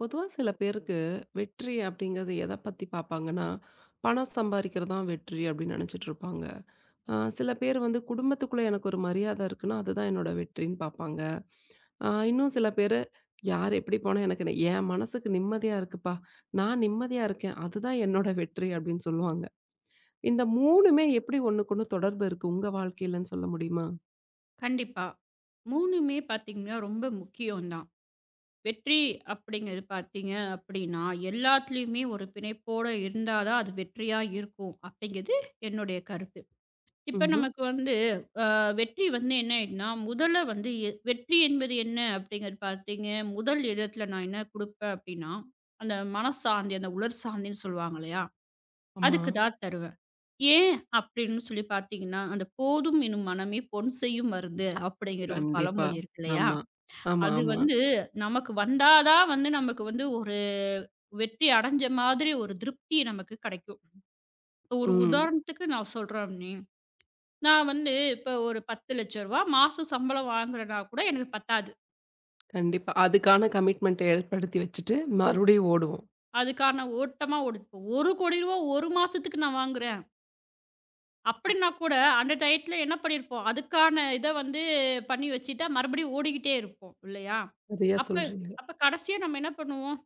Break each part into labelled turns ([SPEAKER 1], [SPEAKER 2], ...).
[SPEAKER 1] பொதுவாக சில பேருக்கு வெற்றி அப்படிங்கிறது எதை பற்றி பார்ப்பாங்கன்னா பணம் சம்பாதிக்கிறது தான் வெற்றி அப்படின்னு நினச்சிட்டு இருப்பாங்க. சில பேர் வந்து குடும்பத்துக்குள்ளே எனக்கு ஒரு மரியாதை இருக்குன்னா அதுதான் என்னோட வெற்றின்னு பார்ப்பாங்க. இன்னும் சில பேர் யார் எப்படி போனால் எனக்கு என் மனசுக்கு நிம்மதியாக இருக்குப்பா. நான் நிம்மதியாக இருக்கேன் அதுதான் என்னோட வெற்றி அப்படின்னு சொல்லுவாங்க. இந்த மூணுமே எப்படி ஒன்றுக்கு தொடர்பு இருக்குது உங்கள் வாழ்க்கையிலன்னு சொல்ல முடியுமா?
[SPEAKER 2] கண்டிப்பா. 3மே பார்த்தீங்கன்னா, ரொம்ப முக்கியம் தான். வெற்றி அப்படிங்கிறது பார்த்தீங்க அப்படின்னா, எல்லாத்துலயுமே ஒரு பிணைப்போட இருந்தா தான் அது வெற்றியா இருக்கும் அப்படிங்கிறது என்னுடைய கருத்து. இப்ப
[SPEAKER 1] ம்.
[SPEAKER 2] நமக்கு வந்து அ வெற்றி வந்து என்ன ஆயிடும்னா, முதல்ல வந்து வெற்றி என்பது என்ன அப்படிங்கிறது பார்த்தீங்க, முதல் இடத்துல நான் என்ன குடுப்பேன் அப்படின்னா, அந்த மனசாந்தி, அந்த உலர் சாந்தின்னு சொல்லுவாங்க இல்லையா? அதுக்கு
[SPEAKER 1] ஆமாம்.
[SPEAKER 2] தான் தருவேன். ஏன் அப்படின்னு சொல்லி பார்த்தீங்கன்னா, அந்த "போதும் எனும் மனமே பொன் செய்யும் மருந்து" அப்படிங்கிற ஒரு பழமொழி
[SPEAKER 1] கண்டிப்பாக.
[SPEAKER 2] இருக்கு இல்லையா?
[SPEAKER 1] ஆமாம். ஆமாம்.
[SPEAKER 2] அது
[SPEAKER 1] ஆமாம்.
[SPEAKER 2] வந்து நமக்கு வந்தா தான் வந்து நமக்கு வந்து ஒரு வெற்றி அடைஞ்ச மாதிரி ஒரு திருப்தி நமக்கு கிடைக்கும். இப்போ ஒரு
[SPEAKER 1] ம்.
[SPEAKER 2] உதாரணத்துக்கு நான் சொல்றேன் அண்ணி. நான் வந்து இப்போ ஒரு ரூ. 10,00,000 மாசம் சம்பளம் வாங்குறேன்னா கூட எனக்கு பத்தாது.
[SPEAKER 1] கண்டிப்பா. அதுக்கான கமிட்மென்ட்ட ஏற்படுத்தி வச்சுட்டு, மறுபடியும் ஓடுவோம்.
[SPEAKER 2] அதுக்கான ஓட்டமா ஓடுது. இப்போ ரூ. 1,00,00,000 ஒரு மாசத்துக்கு நான் வாங்குறேன். அப்படின்னா கூட, அந்த டயத்துல என்ன பண்ணியிருப்போம், அதுக்கான இத வந்து பண்ணி வச்சுட்டா, மறுபடியும் ஓடிக்கிட்டே இருப்போம் இல்லையா?
[SPEAKER 1] சரியா
[SPEAKER 2] அப்ப
[SPEAKER 1] சொல்றீங்க.
[SPEAKER 2] அப்ப கடைசியா நம்ம என்ன பண்ணுவோம்,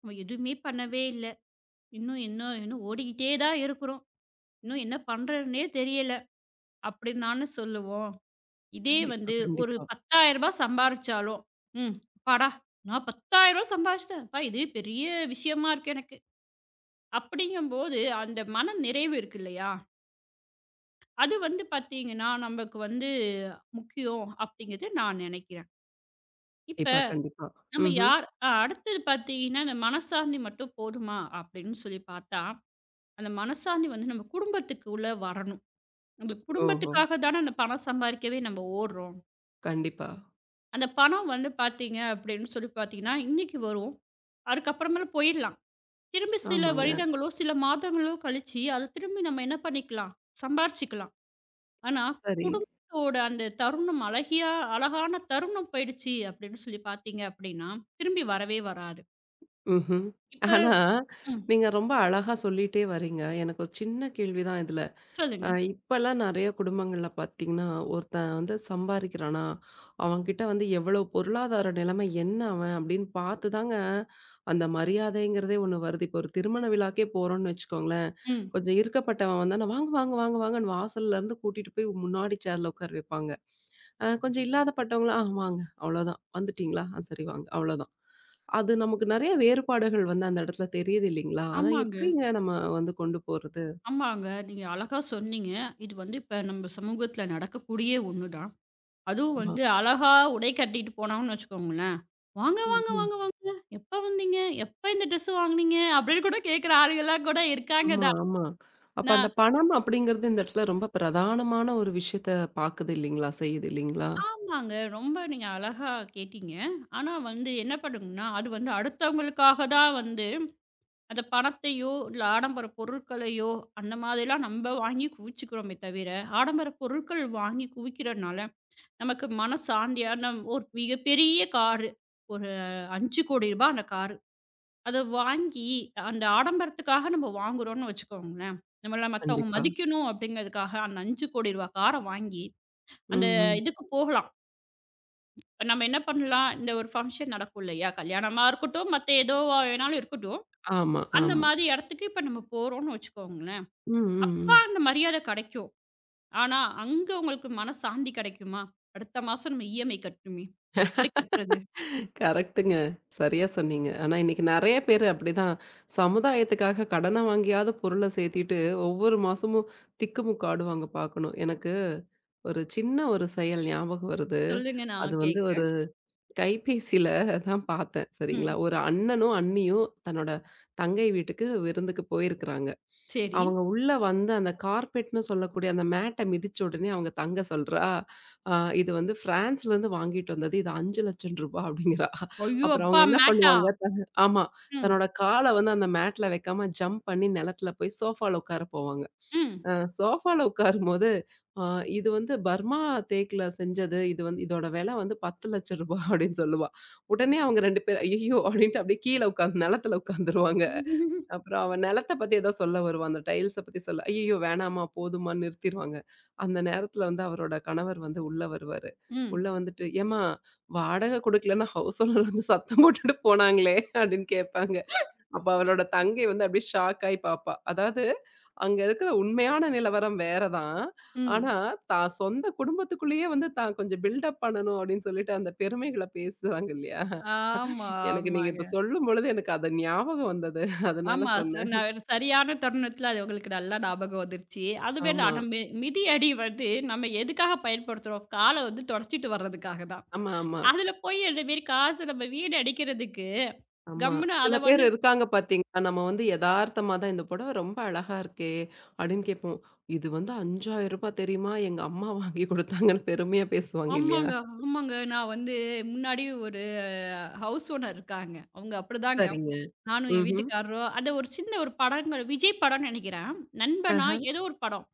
[SPEAKER 2] நம்ம எதுவுமே பண்ணவே இல்ல. இன்னும் இன்னும் இன்னும் ஓடிக்கிட்டே தான் இருக்கிறோம். இன்னும் என்ன பண்றதுன்னே தெரியல அப்படின்னானு சொல்லுவோம். இதே
[SPEAKER 1] கண்டிப்பா,
[SPEAKER 2] வந்து ஒரு
[SPEAKER 1] கண்டிப்பா.
[SPEAKER 2] ரூ. 10,000 சம்பாரிச்சாலும், ம் அப்பாடா! நான் ரூ. 10,000 சம்பாரிச்சுட்டேன். அப்பா இது பெரிய விஷயமா இருக்கு எனக்கு. அப்படிங்கும்போது அந்த மன நிறைவு இருக்கு இல்லையா? அது வந்து பார்த்தீங்கன்னா, நமக்கு வந்து முக்கியம் அப்டிங்கிறது நான் நெனைக்கிறேன். இப்ப
[SPEAKER 1] கண்டிப்பா, கண்டிப்பா.
[SPEAKER 2] நம்ம
[SPEAKER 1] ம்ஹ்ம்.
[SPEAKER 2] யார் அடுத்தது பார்த்தீங்கன்னா, இந்த மனசாந்தி மட்டும் போதுமா அப்டின்னு சொல்லி பார்த்தா, அந்த மனசாந்தி வந்து நம்ம குடும்பத்துக்கு உள்ள வரணும். நம்ம
[SPEAKER 1] ஓஹோ!
[SPEAKER 2] குடும்பத்துக்காக தானே அந்த பணம் சம்பாரிக்கவே நம்ம ஓடுறோம்.
[SPEAKER 1] கண்டிப்பா.
[SPEAKER 2] அந்த பணம் வந்து பார்த்தீங்க அப்டின்னு சொல்லி பார்த்தீங்கன்னா, இன்னைக்கு வரும். அதுக்கப்புறமேல போயிடலாம். திரும்பி சில
[SPEAKER 1] ஆமாங்க.
[SPEAKER 2] வருடங்களோ, சில மாதங்களோ கழிச்சு, அத திரும்பி நம்ம என்ன பண்ணிக்கலாம்? சம்பாரிச்சுக்கலாம். ஆனா,
[SPEAKER 1] சரி.
[SPEAKER 2] குடும்பத்தோட அந்த தருணம் அழகியா அழகான தருணம் போயிடுச்சு அப்படின்னு சொல்லி பார்த்தீங்க அப்படின்னா, திரும்பி வரவே வராது.
[SPEAKER 1] ம்ஹ்ம்.
[SPEAKER 2] இப்ப
[SPEAKER 1] ஆனா,
[SPEAKER 2] ம்.
[SPEAKER 1] நீங்க ரொம்ப அழகா சொல்லிட்டே வரீங்க. எனக்கு ஒரு சின்ன கேள்வி தான் இதுல.
[SPEAKER 2] சொல்லுங்க.
[SPEAKER 1] இப்பலாம் நெறைய குடும்பங்கள்ல பார்த்தீங்கன்னா, ஒருத்தன் வந்து சம்பாரிக்கிறானா, அவன்கிட்ட வந்து எவ்வளோ பொருளாதார நிலைமை என்ன அவன் அப்படின்னு பார்த்து தாங்க, அந்த மரியாதைங்கிறதே ஒண்ணு வருது. இப்போ ஒரு திருமண விழாக்கே போறோம்னு வச்சுக்கோங்களேன்.
[SPEAKER 2] ம்.
[SPEAKER 1] கொஞ்சம் இருக்கப்பட்டவன் வந்தான்னா, "வாங்க, வாங்க, வாங்க, வாங்கன்னு" வாசல்லருந்து கூட்டிட்டு போய் முன்னாடி சேர்ல உட்கார வைப்பாங்க. கொஞ்சம் இல்லாதப்பட்டவங்கள, "ஆ வாங்க, அவ்வளோதான். வந்துட்டீங்களா? ஆ சரி வாங்க." அவ்வளோதான். அது நமக்கு நெறைய வேறுபாடுகள் வந்து அந்த இடத்துல தெரியுது இல்லைங்களா? அதான்
[SPEAKER 2] ஆமாங்க,
[SPEAKER 1] எப்படிங்க நம்ம வந்து கொண்டு போறது?
[SPEAKER 2] ஆமாங்க. நீங்க அழகா சொன்னீங்க. இது வந்து இப்ப நம்ம சமூகத்துல நடக்கக்கூடிய ஒண்ணு தான். அதுவும்
[SPEAKER 1] ஆமா.
[SPEAKER 2] வந்து அழகா உடை கட்டிட்டு போனாங்கன்னு வச்சுக்கோங்களேன், "வாங்க,
[SPEAKER 1] ம்,
[SPEAKER 2] வாங்க,
[SPEAKER 1] ம்.
[SPEAKER 2] வாங்க, வாங்க. எப்ப வந்தீங்க? எப்ப இந்த ட்ரெஸ் வாங்குனீங்க?" அப்படின்னு கூட கேட்கிற ஆளுங்கலாம் கூட இருக்காங்க
[SPEAKER 1] ஆமா,
[SPEAKER 2] தான்.
[SPEAKER 1] ஆமா. அப்ப அந்த
[SPEAKER 2] நான்
[SPEAKER 1] பணம் அப்படிங்கிறது இந்த இடத்துல ரொம்ப பிரதானமான ஒரு விஷயத்த பாக்குது இல்லைங்களா? செய்யுது இல்லைங்களா?
[SPEAKER 2] ஆமாங்க. ரொம்ப நீங்க அழகா கேட்டீங்க. ஆனா வந்து என்ன பண்ணும்னா, அது வந்து அடுத்தவங்களுக்காக தான் வந்து அந்த பணத்தையோ, இல்ல ஆடம்பர பொருட்களையோ அந்த மாதிரிலாம் நம்ம வாங்கி குவிச்சுக்கிறோமே தவிர, ஆடம்பர பொருட்கள் வாங்கி குவிக்கிறனால நமக்கு மனசாந்தியான ஒரு மிகப்பெரிய காரு. ஒரு ரூ. 5,00,00,000 அந்த காரு. அத வாங்கி அந்த ஆடம்பரத்துக்காக நம்ம வாங்குறோம்னு வச்சுக்கோங்களேன். நம்மள மத்தவங்க
[SPEAKER 1] கண்டிப்பா.
[SPEAKER 2] மதிக்கணும் அப்படிங்கிறதுக்காக அந்த ரூ. 5,00,00,000 கார வாங்கி
[SPEAKER 1] ம்,
[SPEAKER 2] அந்த
[SPEAKER 1] ம்.
[SPEAKER 2] இதுக்கு போகலாம். நம்ம என்ன பண்ணலாம், இந்த ஒரு ஃபங்ஷன் நடக்கும் இல்லையா? கல்யாணமா இருக்கட்டும், மத்த எதுவா வேணாலும் இருக்கட்டும்.
[SPEAKER 1] ஆமா,
[SPEAKER 2] அந்த
[SPEAKER 1] ஆமா.
[SPEAKER 2] மாரி இடத்துக்கு இப்ப நம்ம போறோம்னு வச்சுக்கோங்களேன்.
[SPEAKER 1] ம்,
[SPEAKER 2] அப்ப
[SPEAKER 1] ம்,
[SPEAKER 2] அந்த மரியாதை கிடைக்கும். ஆனா, அங்க உங்களுக்கு மனசாந்தி கிடைக்குமா? அடுத்த மாசம் நம்ம EMI கட்டணுமே, எப்படி
[SPEAKER 1] ம்.
[SPEAKER 2] கட்டுறது?
[SPEAKER 1] கரெக்ட்டுங்க. சரியா சொன்னீங்க. ஆனா இன்னைக்கு நெறைய பேரு அப்படிதான். சமுதாயத்துக்காக கடன வாங்கியாவது பொருள சேர்த்திட்டு, ஒவ்வொரு மாசமும் திக்குமுக்காடுவாங்க பார்க்கணும். எனக்கு ஒரு சின்ன ஒரு செயல் ஞாபகம் வருது.
[SPEAKER 2] சொல்லுங்க
[SPEAKER 1] அது
[SPEAKER 2] நான்
[SPEAKER 1] வந்து ஒரு
[SPEAKER 2] கேட்கிறேன்.
[SPEAKER 1] கைபேசியில தான் பார்த்தேன். சரிங்களா?
[SPEAKER 2] ம்.
[SPEAKER 1] ஒரு அண்ணனும், அண்ணியும் தன்னோட தங்கை வீட்டுக்கு விருந்துக்கு போயிருக்கிறாங்க.
[SPEAKER 2] சரி.
[SPEAKER 1] அவங்க உள்ள வந்து அந்த கார்பெட்ன்னு சொல்லக்கூடிய அந்த மேட்ட மிதிச்ச உடனே அவங்க தங்க சொல்றா, "அ இது வந்து பிரான்ஸ்லேருந்து வாங்கிட்டு வந்தது. இது ரூ. 5,00,000" அப்படிங்கிறா.
[SPEAKER 2] ஐயோ!
[SPEAKER 1] அப்புறம்
[SPEAKER 2] அப்பா
[SPEAKER 1] அவங்க என்ன
[SPEAKER 2] மேட்டா?
[SPEAKER 1] பண்ணுவாங்க, ஆமா.
[SPEAKER 2] ம்.
[SPEAKER 1] தன்னோட கால வந்து அந்த மேட்ல வைக்காம ஜம்ப் பண்ணி நிலத்துல போய் சோஃபால உட்கார போவாங்க.
[SPEAKER 2] ம்.
[SPEAKER 1] அ சோஃபால உட்காரும்போது, "அ இது வந்து பர்மா தேக்குல செஞ்சது. இது வந்து இதோட விலை வந்து ரூ. 10,00,000" அப்படின்னு சொல்லுவா. உடனே அவங்க 2 பேரும் "ஐயய்யோ!" அப்படின்ட்டு அப்படியே கீழ உட்காந்து நிலத்துல உட்காந்துருவாங்க. அப்புறம் அவன் நிலத்த பத்தி ஏதோ சொல்ல வருவான். அந்த டைல்ஸ பத்தி சொல்ல. "ஐய்யய்யோ! வேணாம்மா, போதுமான்னு" நிறுத்திருவாங்க. அந்த நேரத்துல வந்து அவரோட கணவர் வந்து உள்ள வருவாரு.
[SPEAKER 2] ம்.
[SPEAKER 1] உள்ள வந்துட்டு, "ஏம்மா வாடகை குடுக்கலன்னு ஹவுஸ் ஓனர் வந்து சத்தம் போட்டுட்டு போனாங்களே" அப்படின்னு கேட்பாங்க. அப்ப அவரோட தங்கை வந்து அப்படியே ஷாக் ஆயி பாப்பா. அதாவது அங்க இருக்கிற உண்மையான நிலவரம் வேற தான். ஆனா,
[SPEAKER 2] ம்.
[SPEAKER 1] தான் சொந்த குடும்பத்துக்குள்ளேயே வந்து தான் கொஞ்சம் பில்டப் பண்ணணும் அப்படின்னு சொல்லிட்டு அந்த பெருமைகள பேசுறாங்க இல்லையா?
[SPEAKER 2] ஆமா,
[SPEAKER 1] எனக்கு நீங்க
[SPEAKER 2] ஆமாங்க.
[SPEAKER 1] இப்ப சொல்லும்பொழுது எனக்கு அது ஞாபகம் வந்தது. அதனால
[SPEAKER 2] ஆமா.
[SPEAKER 1] சொன்னேன்.
[SPEAKER 2] நான் ஒரு சரியான தருணத்தில அது உங்களுக்கு நல்லா ஞாபகம் வந்துருச்சு. அதுமாரி
[SPEAKER 1] ஆமா.
[SPEAKER 2] தான். நம்ம மிதியடி வந்து நம்ம எதுக்காக பயன்படுத்துறோம்? கால வந்து துடைச்சிட்டு வர்றதுக்காக தான்.
[SPEAKER 1] ஆமா, ஆமா,
[SPEAKER 2] அதில போய் இந்தமாரி காசு நம்ம வீணடிக்கிறதுக்கு,
[SPEAKER 1] ஆமா.
[SPEAKER 2] கம்முனு அத
[SPEAKER 1] சில பேர்
[SPEAKER 2] வந்து
[SPEAKER 1] இருக்காங்க பார்த்தீங்களா, நம்ம வந்து எதார்த்தமா தான் இந்த புடவ ரொம்ப அழகா இருக்கே! அப்டின்னு கேட்போம். இது வந்து ரூ. 5,000 தெரியுமா? எங்க அம்மா வாங்கி குடுத்தாங்கன்னு பெருமையா பேசுவாங்க இல்லையா?
[SPEAKER 2] ஆமாங்க, ஆமாங்க. நான் வந்து முன்னாடி ஒரு ஹவுஸ் ஓனர் இருக்காங்க. அவுங்க அப்பிடிதாங்க.
[SPEAKER 1] சரிங்க.
[SPEAKER 2] நானும் என்
[SPEAKER 1] ம்ஹ்ம்.
[SPEAKER 2] வீட்டுக்காரரும் அந்த ஒரு சின்ன ஒரு படங்கள் விஜய் படம்ன்னு நினைக்கிறேன். நண்பனா
[SPEAKER 1] ஆஹ.
[SPEAKER 2] ஏதோ ஒரு படம்.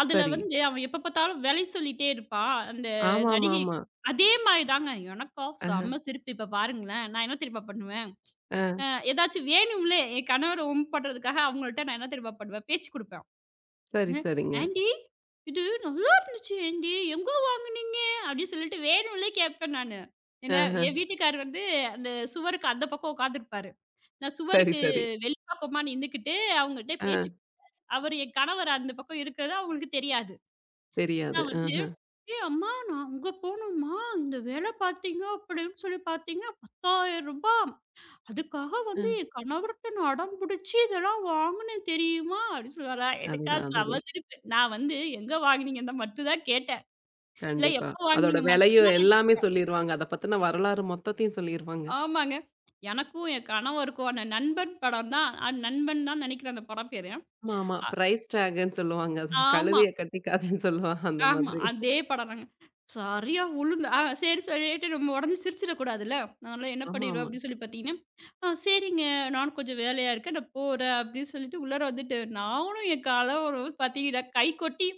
[SPEAKER 2] அதுல
[SPEAKER 1] சரி.
[SPEAKER 2] வந்து அவன் எப்ப பார்த்தாலும் விலை சொல்லிட்டே இருப்பான். அந்த நடிகை
[SPEAKER 1] ஆமாமாமா.
[SPEAKER 2] அதே மாரி தாங்க. எனக்கா
[SPEAKER 1] ஆஹ.
[SPEAKER 2] செம்ம சிரிப்பு. இப்ப பாருங்களேன். நான் என்ன தெரியுமா பண்ணுவேன்?
[SPEAKER 1] ஆ.
[SPEAKER 2] அ ஏதாச்சும் வேணும்லே என் கணவர வம்புபடுறதுக்காக அவங்கள்ட்ட நான் என்ன தெரியுமா பண்ணுவேன்? பேச்சு குடுப்பேன்.
[SPEAKER 1] சரி,
[SPEAKER 2] அ
[SPEAKER 1] சரிங்க.
[SPEAKER 2] "ஆன்டி இது நல்லா இருந்துச்சு ஆன்டி. எங்க வாங்குனீங்க?" அப்படின்னு சொல்லிட்டு வேணும்லே கேட்பேன் நானு. ஏன்னா
[SPEAKER 1] ஆஹ.
[SPEAKER 2] என் வீட்டுக்காரர் வந்து அந்த சுவருக்கு அந்த பக்கம் உட்காந்துருப்பாரு. நான்
[SPEAKER 1] சரி,
[SPEAKER 2] சுவருக்கு
[SPEAKER 1] சரி.
[SPEAKER 2] வெளி பக்கமா நின்னுக்கிட்டு அவங்கள்ட்ட
[SPEAKER 1] ஆ.
[SPEAKER 2] பேச்சு அவரு என் கணவர் அந்த பக்கம் இருக்கிறது அவங்களுக்கு தெரியாது.
[SPEAKER 1] தெரியாது.
[SPEAKER 2] நான் வந்து
[SPEAKER 1] ஆஹ.
[SPEAKER 2] ஏய் அம்மா! நான் அங்க போனோம்மா, இந்த வேலை பார்த்தீங்க அப்படின்னு சொல்லி பார்த்தீங்கன்னா, ரூ. 10,000 அதுக்காக வந்து
[SPEAKER 1] அ.
[SPEAKER 2] என் கணவர்ட்ட நான் அடம் பிடிச்சு இதெல்லாம் வாங்குனேன் தெரியுமா? அப்படின்னு சொல்லுவாரா, எனக்கா
[SPEAKER 1] அதுதான்,
[SPEAKER 2] செம
[SPEAKER 1] அதுதான்.
[SPEAKER 2] சிரிப்பு. நான் வந்து எங்க வாங்குனீங்கன்னு மட்டும் தான் கேட்டேன். இல்ல
[SPEAKER 1] கண்டிப்பா.
[SPEAKER 2] எப்ப
[SPEAKER 1] அதோட
[SPEAKER 2] வாங்குனீங்க மட்டும்
[SPEAKER 1] விலையும்
[SPEAKER 2] தான்
[SPEAKER 1] எல்லாமே சொல்லிருவாங்க. அத பத்தின வரலாறு மொத்தத்தையும் சொல்லிருவாங்க.
[SPEAKER 2] ஆமாங்க. எனக்கும் என் கணவருக்கும் அந்த நண்பன் படம் தான் நண்பன் தான் நினைக்கிறேன் அந்த படம் பேரு.
[SPEAKER 1] ஆமா, ஆமா.
[SPEAKER 2] அ
[SPEAKER 1] பிரைஸ் டாகுன்னு சொல்லுவாங்க. அது
[SPEAKER 2] ஆமா,
[SPEAKER 1] கழுதைய கட்டிக்காதன்னு சொல்லுவாங்க அந்த
[SPEAKER 2] ஆமா.
[SPEAKER 1] மாதிரி.
[SPEAKER 2] அதே படம் தாங்க. சரியா உளுந்து ஆ சரி, சரின்ட்டு நம்ம உடனே சிரிச்சிடக்கூடாதுல்ல. அதனால என்ன
[SPEAKER 1] ஆமா,
[SPEAKER 2] பண்ணிருவேன்
[SPEAKER 1] ஆமா.
[SPEAKER 2] அப்படின்னு சொல்லி பார்த்தீங்கன்னா ஆ சரிங்க. நானும் கொஞ்சம் வேலையா இருக்கேன். நான் போறேன் அப்படின்னு சொல்லிட்டு உள்ளார வந்துட்டு, நானும் என் கணவரும் பார்த்தீங்கன்னா, கை கொட்டி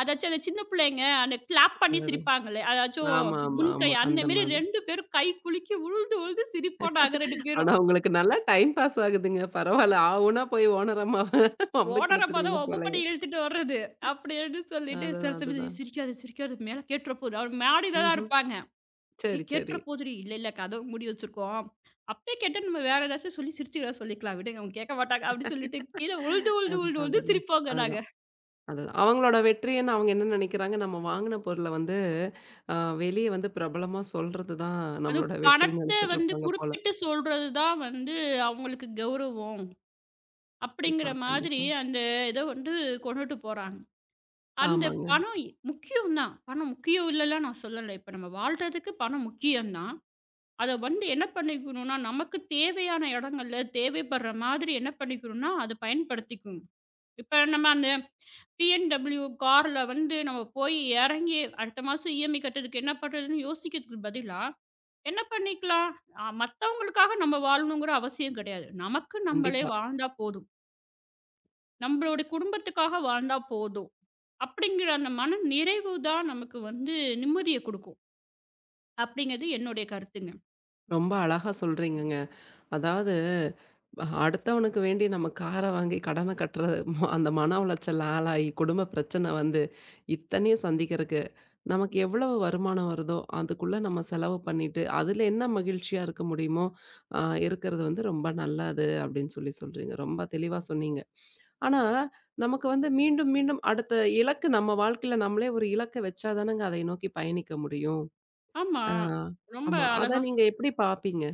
[SPEAKER 2] அதாச்சும் அந்த சின்ன பிள்ளைங்க அந்த கிளாப் பண்ணி
[SPEAKER 1] அதுதான்.
[SPEAKER 2] சிரிப்பாங்களே, அதாச்சும்
[SPEAKER 1] ஆமா, ஆமா,
[SPEAKER 2] முன்கை
[SPEAKER 1] ஆமா.
[SPEAKER 2] அந்த
[SPEAKER 1] அந்த
[SPEAKER 2] மாரி
[SPEAKER 1] மாதிரி.
[SPEAKER 2] 2 பேரும் கை குலுக்கி உழுந்து உழுந்து சிரிப்போம் நாங்க 2 பேரும்.
[SPEAKER 1] ஆனா உங்களுக்கு நல்லா டைம் பாஸ் ஆகுதுங்க. பரவால்ல. ஆ ஊனா போய் ஓனர் அம்மாவ வம்புக்கு
[SPEAKER 2] ஓனரம்மா தான்
[SPEAKER 1] இழுத்துருவீங்க
[SPEAKER 2] வம்பு பண்ணி
[SPEAKER 1] போலயே.
[SPEAKER 2] இழுத்துட்டு வர்றது. அப்படின்னு சொல்லிட்டு சில
[SPEAKER 1] அதுதான்,
[SPEAKER 2] சமயம்
[SPEAKER 1] அதுதான்.
[SPEAKER 2] "சிரிக்காத சிரிக்காத மேல கேட்டுற போகுது." அவர் மாடியில தான்
[SPEAKER 1] ம்ஹ்ம்.
[SPEAKER 2] இருப்பாங்க.
[SPEAKER 1] சரி,
[SPEAKER 2] ஏய் கேட்டுற
[SPEAKER 1] சரி.
[SPEAKER 2] போதுடி. இல்ல, இல்ல கதவு மூடி வச்சிருக்கோம். அப்படியே கேட்டா நம்ம வேற ஏதாச்சும் சொல்லி சிரிச்சு ஏதாவது சொல்லிக்கலாம் விடுங்க. அவங்க கேட்க மாட்டாங்க அப்படின்னு சொல்லிட்டு கீழ உழுந்து, உழுந்து, உழுந்து,
[SPEAKER 1] அதுதான்,
[SPEAKER 2] உழுந்து
[SPEAKER 1] அதுதான்.
[SPEAKER 2] சிரிப்போங்க நாங்க.
[SPEAKER 1] அதுதான், அதுதான். அவங்களோட வெற்றின்னு அவங்க என்ன நெனைக்கிறாங்க, நம்ம வாங்குன பொருள வந்து அ வெளிய வந்து பிரபலமா சொல்றது தான்
[SPEAKER 2] அதுவும்
[SPEAKER 1] நம்மளோட வெற்றின்னு
[SPEAKER 2] பணத்த
[SPEAKER 1] நெனைச்சிட்டு
[SPEAKER 2] வந்து
[SPEAKER 1] இருப்பாங்க போல.
[SPEAKER 2] குறிப்பிட்டு சொல்றது தான் வந்து அவங்களுக்கு கௌரவம்.
[SPEAKER 1] கண்டிப்பா,
[SPEAKER 2] அப்படிங்கிற மாதிரி
[SPEAKER 1] கண்டிப்பா.
[SPEAKER 2] அந்த இத வந்து கொண்டுட்டு போறாங்க. அந்த
[SPEAKER 1] ஆமாங்க.
[SPEAKER 2] பணம் முக்கியம் தான். பணம் முக்கியம் இல்லலாம் நான் சொல்லல. இப்ப நம்ம வாழ்றதுக்கு பணம் முக்கியம் தான். அத வந்து என்ன பண்ணிக்கணும்னா, நமக்கு தேவையான இடங்கள்ல தேவைப்படுற மாதிரி என்ன பண்ணிக்கணும்னா, அத பயன்படுத்திக்கணும். இப்ப நம்ம அந்த BMW கார்ல வந்து நம்ம போய் இறங்கி அடுத்த மாசம் இஎம்ஐ கட்டுறதுக்கு என்ன பண்றதுன்னு யோசிக்கிறதுக்கு பதிலா என்ன பண்ணிக்கலாம் ஆ, மத்தவங்களுக்காக நம்ம வாழணுங்கிற அவசியம் கிடையாது நமக்கு நம்மளே
[SPEAKER 1] கண்டிப்பா.
[SPEAKER 2] வாழ்ந்தா போதும் நம்மளுடைய குடும்பத்துக்காக வாழ்ந்தா போதும் அப்படிங்கிற அந்த மன நிறைவு தான் நமக்கு வந்து நிம்மதியை கொடுக்கும் அப்படிங்கிறது என்னுடைய கருத்துங்க
[SPEAKER 1] ரொம்ப அழகா சொல்றீங்கங்க. அதாவது, அடுத்தவனுக்கு வேண்டி நம்ம கார வாங்கி கடன கட்டுற அந்த மன உளைச்சல் ஆளாகி, குடும்ப பிரச்சனை வந்து இத்தனையும் சந்திக்கிறக்கு, நமக்கு எவ்வளவு வருமானம் வருதோ, அதுக்குள்ள நம்ம செலவு பண்ணிட்டு, அதில என்ன மகிழ்ச்சியா இருக்க முடியுமோ, அ இருக்கிறது வந்து ரொம்ப நல்லது அப்படின்னு சொல்லி சொல்றீங்க. ரொம்ப தெளிவா சொன்னீங்க. ஆனா, நமக்கு வந்து மீண்டும், மீண்டும் அடுத்த இலக்கு நம்ம வாழ்க்கையில நம்மளே ஒரு இலக்க வச்சா தானங்க அதை நோக்கி பயணிக்க முடியும்.
[SPEAKER 2] ஆமா
[SPEAKER 1] ஆ.
[SPEAKER 2] ரொம்ப
[SPEAKER 1] ஆமா. அத
[SPEAKER 2] அழகா
[SPEAKER 1] நீங்க எப்படி பார்ப்பீங்க?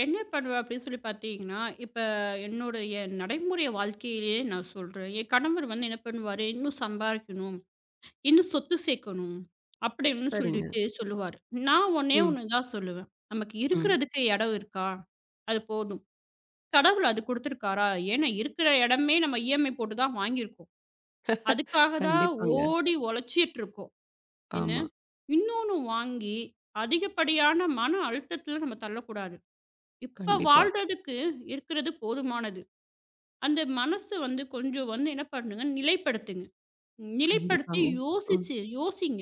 [SPEAKER 2] என்ன பண்ணுவேன் அப்படின்னு சொல்லி பார்த்தீங்கன்னா, இப்ப என்னுடைய நடைமுறை வாழ்க்கையிலேயே நான் சொல்றேன். என் கணவர் வந்து என்ன பண்ணுவாரு, "இன்னும் சம்பாரிக்கணும், இன்னும் சொத்து சேர்க்கணும்" அப்படின்னு
[SPEAKER 1] சரிங்க.
[SPEAKER 2] சொல்லிட்டு சொல்லுவாரு. நான் ஒண்ணே
[SPEAKER 1] ம்,
[SPEAKER 2] ஒண்ணு தான் சொல்லுவேன், "நமக்கு
[SPEAKER 1] ம்.
[SPEAKER 2] இருக்கிறதுக்கு இடம் இருக்கா? அது போதும். கடவுள் அது குடுத்துருக்காரா? ஏன்னா இருக்கிற இடமே நம்ம EMI போட்டு தான் வாங்கியிருக்கோம். அதுக்காக தான்
[SPEAKER 1] கண்டிப்பாங்க.
[SPEAKER 2] ஓடி உழைச்சிட்டு இருக்கோம். என்ன,
[SPEAKER 1] ஆமா.
[SPEAKER 2] இன்னொன்னு வாங்கி அதிகப்படியான மன அழுத்தத்தில நம்ம தள்ளக்கூடாது." இப்ப
[SPEAKER 1] கண்டிப்பா,
[SPEAKER 2] வாழ்றதுக்கு இருக்கிறது போதுமானது. அந்த மனசு வந்து கொஞ்சம் வந்து என்ன பண்ணுங்க, நிலைப்படுத்துங்க. நிலைப்படுத்தி
[SPEAKER 1] கண்டிப்பாங்க. ம்,
[SPEAKER 2] யோசிச்சு யோசிங்க.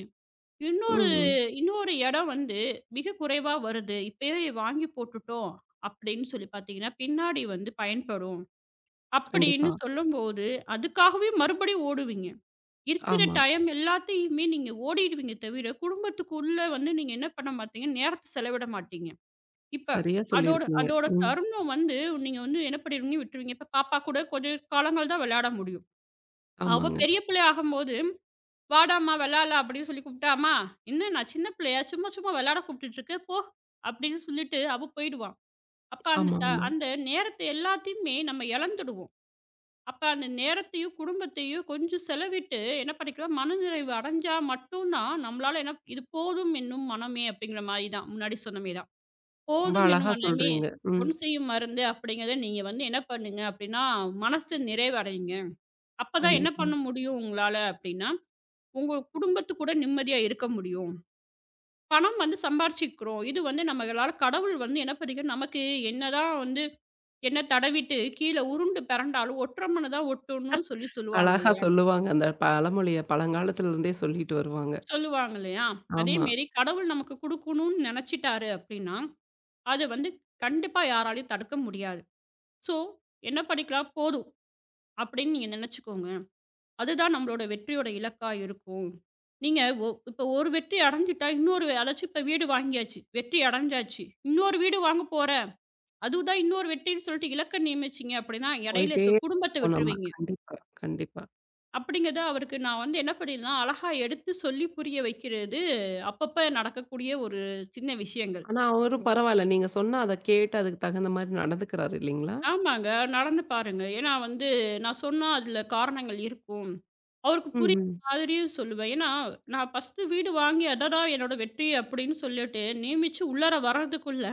[SPEAKER 1] ம்,
[SPEAKER 2] இன்னொரு
[SPEAKER 1] ம்.
[SPEAKER 2] இன்னொரு இடம் வந்து மிக குறைவா வருது. இப்பயே வாங்கி போட்டுட்டோம் அப்படின்னு சொல்லி பார்த்தீங்கன்னா, பின்னாடி வந்து பயன்படும்
[SPEAKER 1] கண்டிப்பா.
[SPEAKER 2] அப்படின்னு சொல்லும்போது, அதுக்காகவே மறுபடியும் ஓடுவீங்க. இருக்கிற
[SPEAKER 1] ஆமா.
[SPEAKER 2] டைம் எல்லாத்தையுமே நீங்க ஓடிடுவீங்க தவிர, குடும்பத்துக்குள்ள வந்து நீங்க என்ன பண்ண மாட்டீங்க, நேரத்த செலவிட மாட்டீங்க. இப்ப
[SPEAKER 1] சரியா
[SPEAKER 2] அதோட
[SPEAKER 1] சொல்லியிருக்கீங்க.
[SPEAKER 2] அதோட
[SPEAKER 1] ம்.
[SPEAKER 2] தருணம் வந்து நீங்க வந்து என்ன பண்ணிருவீங்க விட்டுருவீங்க. இப்ப பாப்பா கூட கொஞ்ச காலங்கள் தான் விளையாட முடியும். அவ
[SPEAKER 1] ஆமாங்க.
[SPEAKER 2] பெரிய பிள்ளை ஆகும்போது, "வாடாம்மா விளையாடலாம்" அப்படின்னு சொல்லி கூப்பிட்டா, "அம்மா என்ன நான் சின்ன பிள்ளையா? சும்மா சும்மா விளையாட கூப்பிட்டுட்டு இருக்க போ" அப்படின்னு சொல்லிட்டு அவ போயிடுவா. அப்ப அந்த
[SPEAKER 1] ஆமா, ஆமா.
[SPEAKER 2] அந்த நேரத்த எல்லாத்தையுமே நம்ம இழந்துடுவோம். அப்ப அந்த நேரத்தையும், குடும்பத்தையும் கொஞ்சம் செலவிட்டு என்ன பண்ணிக்கலாம், மனநிறைவு அடைஞ்சா மட்டும் தான் நம்மளால என்ன "இது போதும் என்னும் மனமே" அப்படிங்கிற மாரி தான் முன்னாடி சொன்ன மாரி தான்.
[SPEAKER 1] ரொம்ப
[SPEAKER 2] போதும் என்னும்
[SPEAKER 1] அழகா
[SPEAKER 2] மனமே
[SPEAKER 1] சொல்றீங்க. ம்.
[SPEAKER 2] பொன் செய்யும் மருந்து அப்படிங்கிறத நீங்க வந்து என்ன பண்ணுங்க அப்படின்னா மனசு நிறைவடையுங்க. அப்பதான் என்ன
[SPEAKER 1] கண்டிப்பா.
[SPEAKER 2] பண்ண முடியும் உங்களால அப்படின்னா, உங்க குடும்பத்து கூட நிம்மதியா இருக்க முடியும். பணம் வந்து சம்பாரிச்சுக்கிறோம். இது வந்து நம்மளால கடவுள் வந்து என்ன பண்ணிக்கும் நமக்கு என்னதான் வந்து என்ன தடவிட்டு கீழ உருண்டு பெரண்டாலும் ஒற்ற மண்ணு தான் ஒட்டும்னு சொல்லி சொல்லுவாங்க
[SPEAKER 1] அழகா
[SPEAKER 2] இல்லையா?
[SPEAKER 1] சொல்லுவாங்க. அந்த பழமொழிய பழங்காலத்துல இருந்தே சொல்லிட்டு வருவாங்க.
[SPEAKER 2] சொல்லுவாங்க இல்லையா? அதே
[SPEAKER 1] ஆமா.
[SPEAKER 2] மாரி கடவுள் நமக்கு குடுக்கணும்னு நினைச்சிட்டாரு அப்படின்னா, அத வந்து கண்டிப்பா யாராலயும் தடுக்க முடியாது. ஸோ என்ன பண்ணிக்கலாம் போதும். அப்படின்னு நீங்க நினைச்சுக்கோங்க. அதுதான் நம்மளோட வெற்றியோட இலக்கா இருக்கும். நீங்க இப்ப ஒரு வெற்றி அடைஞ்சுட்டா இன்னொரு அதாச்சும் இப்ப வீடு வாங்கியாச்சு. வெற்றி அடைஞ்சாச்சு. இன்னொரு வீடு வாங்க போறேன். அதுதான் இன்னொரு வெற்றின்னு சொல்லிட்டு இலக்க நியமிச்சீங்க அப்படின்னா, இடையில
[SPEAKER 1] போயிட்டே
[SPEAKER 2] இருக்க குடும்பத்த
[SPEAKER 1] இருப்போம் நம்ம.
[SPEAKER 2] விட்டுருவீங்க.
[SPEAKER 1] கண்டிப்பா, கண்டிப்பா.
[SPEAKER 2] அப்படிங்கிறத அவருக்கு நான் வந்து என்ன பண்ணியிருந்தேன், அழகா எடுத்து சொல்லி புரிய வைக்கிறது அப்பப்ப நடக்கக்கூடிய ஒரு சின்ன விஷயங்கள்.
[SPEAKER 1] ஆனா அவரும் பரவால்ல. நீங்க சொன்னா அத கேட்டு அதுக்கு தகுந்த மாரி நடந்துக்கிறாரு இல்லீங்களா?
[SPEAKER 2] ஆமாங்க. நடந்து பாருங்க. ஏன்னா வந்து நான் சொன்னா அதுல காரணங்கள் இருக்கும். அவருக்கு புரியிற
[SPEAKER 1] ம்ஹ்ம். ம்.
[SPEAKER 2] மாதிரியும் சொல்லுவேன். ஏன்னா நான் ஃபர்ஸ்ட்டு வீடு வாங்கி அடடா! என்னோட வெற்றி அப்படின்னு சொல்லிட்டு நியமிச்சு உள்ளார வர்றதுக்குள்ள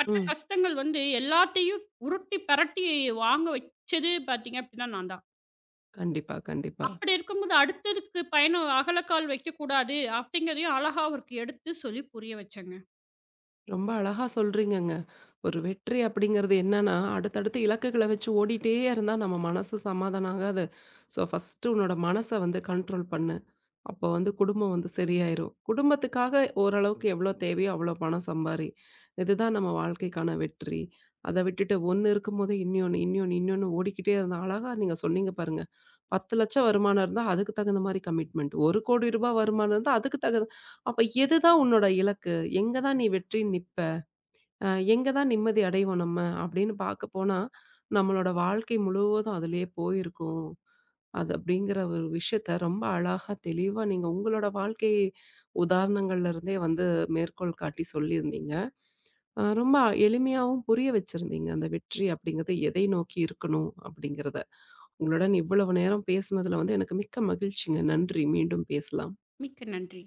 [SPEAKER 2] பட்ட
[SPEAKER 1] ம்.
[SPEAKER 2] கஷ்டங்கள் வந்து எல்லாத்தையும் உருட்டி பெரட்டி வாங்க வச்சது பார்த்தீங்க அப்படின்னா நான் தான்.
[SPEAKER 1] கண்டிப்பா, கண்டிப்பா.
[SPEAKER 2] அப்படி இருக்கும்போது அடுத்ததுக்கு பயணம் அகலக்கால் வைக்கக்கூடாது அப்படிங்கிறதையும் அழகா அவருக்கு எடுத்து சொல்லி புரிய வச்சேங்க.
[SPEAKER 1] ரொம்ப அழகா சொல்றீங்கங்க. ஒரு வெற்றி அப்படிங்கிறது என்னன்னா, அடுத்தடுத்து இலக்குகள வச்சு ஓடிட்டே இருந்தா நம்ம மனசு சமாதானம் ஆகாது. ஸோ ஃபர்ஸ்ட்டு உன்னோட மனச வந்து கண்ட்ரோல் பண்ணு. அப்போ வந்து குடும்பம் வந்து சரியாயிரும். குடும்பத்துக்காக ஓரளவுக்கு எவ்வளோ தேவையோ அவ்வளோ பணம் சம்பாரி. இதுதான் நம்ம வாழ்க்கைக்கான வெற்றி. அத விட்டுட்டு ஒண்ணு இருக்கும்போது இன்னொன்னு, இன்னொன்னு, இன்னொன்னு ஓடிக்கிட்டே இருந்தா அழகா நீங்க சொன்னீங்க பாருங்க. 10,00,000 வருமானம் இருந்தா அதுக்கு தகுந்த மாரி கமிட்மெண்ட். ரூ. 1,00,00,000 வருமானம் இருந்தா அதுக்கு தகுந்த அப்ப எதுதான் உன்னோட இலக்கு? எங்க தான் நீ வெற்றி நிப்ப? அ எங்க தான் நிம்மதி அடைவோம் நம்ம அப்படின்னு பார்க்க போனா, நம்மளோட வாழ்க்கை முழுவதும் அதிலேயே போயிருக்கும். அது அப்படிங்கிற ஒரு விஷயத்த ரொம்ப அழகா தெளிவா நீங்க உங்களோட வாழ்க்கை உதாரணங்கள்ல இருந்தே வந்து மேற்கோள் காட்டி சொல்லியிருந்தீங்க. ரொம்ப எளிமையாவும் புரிய வச்சிருந்தீங்க. அந்த வெற்றி அப்படிங்கிறது எதை நோக்கி இருக்கணும் அப்படிங்கிறத. உங்களுடன் இவ்வளவு நேரம் பேசினதுல வந்து எனக்கு மிக்க மகிழ்ச்சிங்க. நன்றி. மீண்டும் பேசலாம்.
[SPEAKER 2] மிக்க நன்றி.